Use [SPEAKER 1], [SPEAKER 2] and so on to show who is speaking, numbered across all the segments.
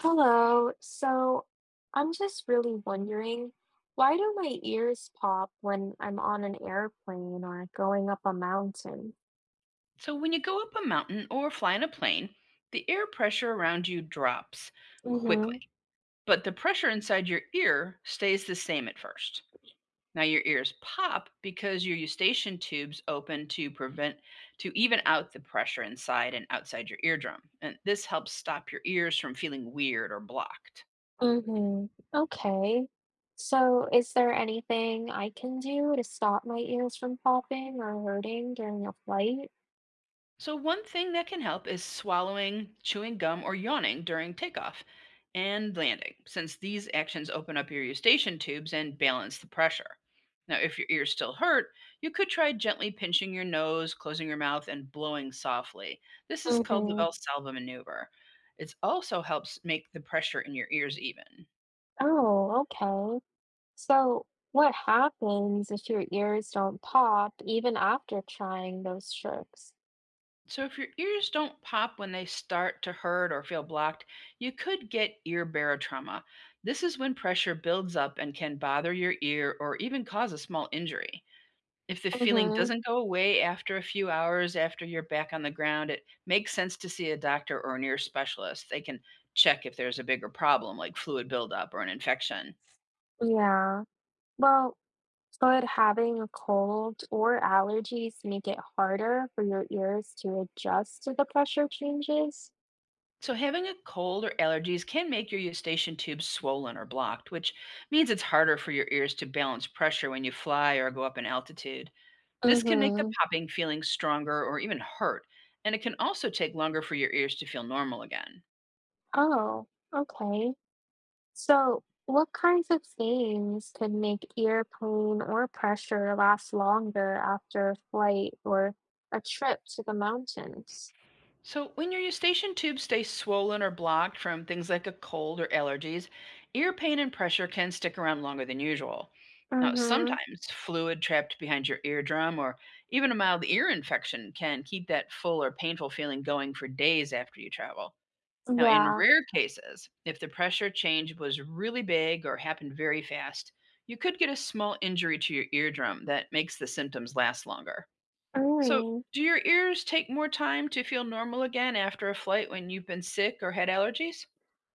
[SPEAKER 1] Hello. So I'm just really wondering, why do my ears pop when I'm on an airplane or going up a mountain?
[SPEAKER 2] So, when you go up a mountain or fly in a plane, the air pressure around you drops
[SPEAKER 1] Mm-hmm.
[SPEAKER 2] quickly, but the pressure inside your ear stays the same at first. Now, your ears pop because your eustachian tubes open to even out the pressure inside and outside your eardrum. And this helps stop your ears from feeling weird or blocked.
[SPEAKER 1] Mm-hmm. Okay. So is there anything I can do to stop my ears from popping or hurting during a flight?
[SPEAKER 2] So, one thing that can help is swallowing, chewing gum, or yawning during takeoff and landing, since these actions open up your eustachian tubes and balance the pressure. Now, if your ears still hurt, you could try gently pinching your nose, closing your mouth, and blowing softly. This is called the
[SPEAKER 1] Mm-hmm.
[SPEAKER 2] Valsalva maneuver. It also helps make the pressure in your ears even.
[SPEAKER 1] Oh, okay. So what happens if your ears don't pop even after trying those tricks?
[SPEAKER 2] So, if your ears don't pop when they start to hurt or feel blocked, you could get ear barotrauma. This is when pressure builds up and can bother your ear or even cause a small injury. If the feeling
[SPEAKER 1] Mm-hmm.
[SPEAKER 2] doesn't go away after a few hours after you're back on the ground, it makes sense to see a doctor or an ear specialist. They can check if there's a bigger problem like fluid buildup or an infection.
[SPEAKER 1] Yeah. Well, could having a cold or allergies make it harder for your ears to adjust to the pressure changes?
[SPEAKER 2] So, having a cold or allergies can make your eustachian tubes swollen or blocked, which means it's harder for your ears to balance pressure when you fly or go up in altitude. This can make the
[SPEAKER 1] Mm-hmm.
[SPEAKER 2] popping feeling stronger or even hurt, and it can also take longer for your ears to feel normal again.
[SPEAKER 1] Oh, okay. So, what kinds of things could make ear pain or pressure last longer after a flight or a trip to the mountains?
[SPEAKER 2] So, when your eustachian tube stays swollen or blocked from things like a cold or allergies, ear pain and pressure can stick around longer than usual. Now,
[SPEAKER 1] Mm-hmm.
[SPEAKER 2] sometimes fluid trapped behind your eardrum or even a mild ear infection can keep that full or painful feeling going for days after you travel. Now, in
[SPEAKER 1] Yeah.
[SPEAKER 2] rare cases, if the pressure change was really big or happened very fast, you could get a small injury to your eardrum that makes the symptoms last longer. So,
[SPEAKER 1] Mm.
[SPEAKER 2] do your ears take more time to feel normal again after a flight when you've been sick or had allergies?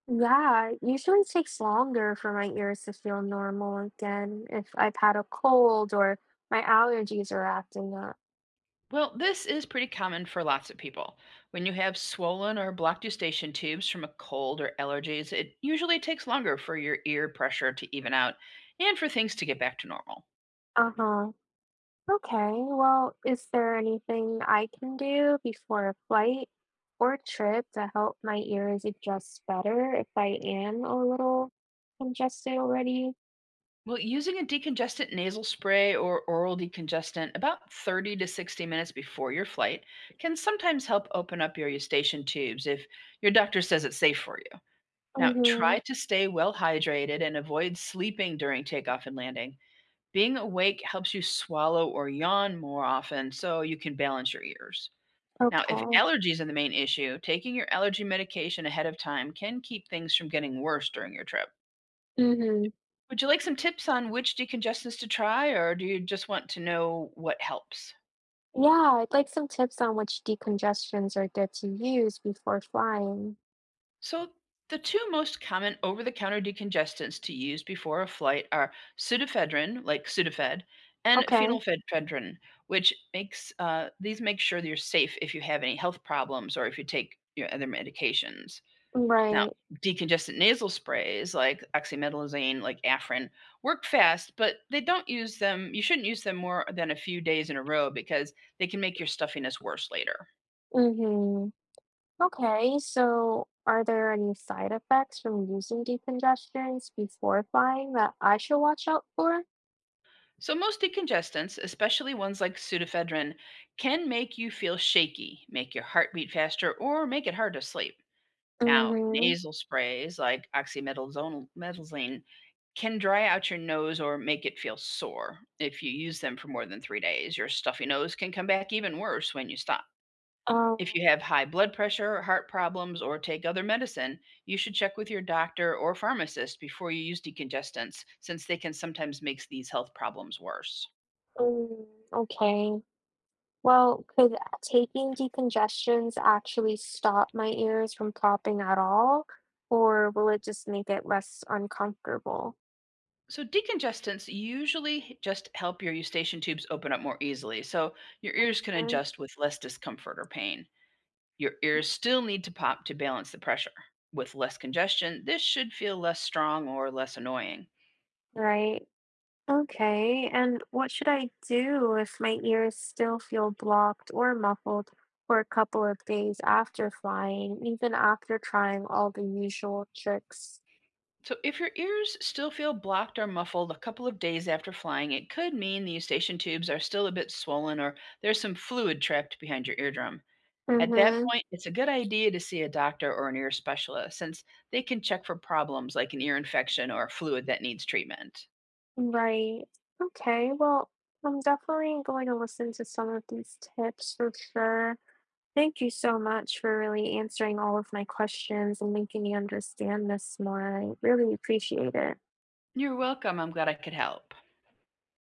[SPEAKER 1] Yeah, it usually takes longer for my ears to feel normal again if I've had a cold or my allergies are acting up.
[SPEAKER 2] Well, this is pretty common for lots of people. When you have swollen or blocked eustachian tubes from a cold or allergies, it usually takes longer for your ear pressure to even out and for things to get back to normal.
[SPEAKER 1] Uh-huh. Okay, well, is there anything I can do before a flight or trip to help my ears adjust better if I am a little congested already?
[SPEAKER 2] Well, using a decongestant nasal spray or oral decongestant about 30 to 60 minutes before your flight can sometimes help open up your eustachian tubes if your doctor says it's safe for. Now,
[SPEAKER 1] Mm-hmm.
[SPEAKER 2] try to stay well hydrated and avoid sleeping during takeoff and landing. Being awake helps you swallow or yawn more often so you can balance your ears. Now, if
[SPEAKER 1] Okay.
[SPEAKER 2] allergies are the main issue, taking your allergy medication ahead of time can keep things from getting worse during your trip.
[SPEAKER 1] Mm-hmm.
[SPEAKER 2] Would you like some tips on which decongestants to try, or do you just want to know what helps?
[SPEAKER 1] Yeah, I'd like some tips on which decongestions are good to use before flying.
[SPEAKER 2] So, the two most common over the counter decongestants to use before a flight are pseudoephedrine, like Sudafed, and
[SPEAKER 1] Okay.
[SPEAKER 2] phenylphedrine, which makes these make sure that you're safe if you have any health problems or if you take your other medications. Now,
[SPEAKER 1] Right.
[SPEAKER 2] decongestant nasal sprays like oxymetazoline, like Afrin, work fast, but they don't use them. you shouldn't use them more than a few days in a row because they can make your stuffiness worse later.
[SPEAKER 1] Mhm. Okay, so are there any side effects from using decongestants before flying that I should watch out for?
[SPEAKER 2] So, most decongestants, especially ones like pseudoephedrine, can make you feel shaky, make your heart beat faster, or make it hard to sleep. Now,
[SPEAKER 1] Mm-hmm.
[SPEAKER 2] nasal sprays like oxymetazoline can dry out your nose or make it feel sore. If you use them for more than 3 days, your stuffy nose can come back even worse when you stop. If
[SPEAKER 1] Um,
[SPEAKER 2] you have high blood pressure, heart problems, or take other medicine, you should check with your doctor or pharmacist before you use decongestants, since they can sometimes make these health problems worse.
[SPEAKER 1] mm, okay. Well, could taking decongestions actually stop my ears from popping at all, or will it just make it less uncomfortable?
[SPEAKER 2] So decongestants usually just help your eustachian tubes open up more easily, so your ears can
[SPEAKER 1] Mm.
[SPEAKER 2] adjust with less discomfort or pain. Your ears still need to pop to balance the pressure. With less congestion, this should feel less strong or less annoying.
[SPEAKER 1] Right? Okay, and what should I do if my ears still feel blocked or muffled for a couple of days after flying, even after trying all the usual tricks?
[SPEAKER 2] So if your ears still feel blocked or muffled a couple of days after flying, it could mean the eustachian tubes are still a bit swollen or there's some fluid trapped behind your eardrum. At that
[SPEAKER 1] Mm-hmm.
[SPEAKER 2] point, it's a good idea to see a doctor or an ear specialist since they can check for problems like an ear infection or a fluid that needs treatment.
[SPEAKER 1] Right. Okay, well, I'm definitely going to listen to some of these tips for sure. Thank you so much for really answering all of my questions and making me understand this more. I really appreciate it.
[SPEAKER 2] You're welcome. I'm glad I could help.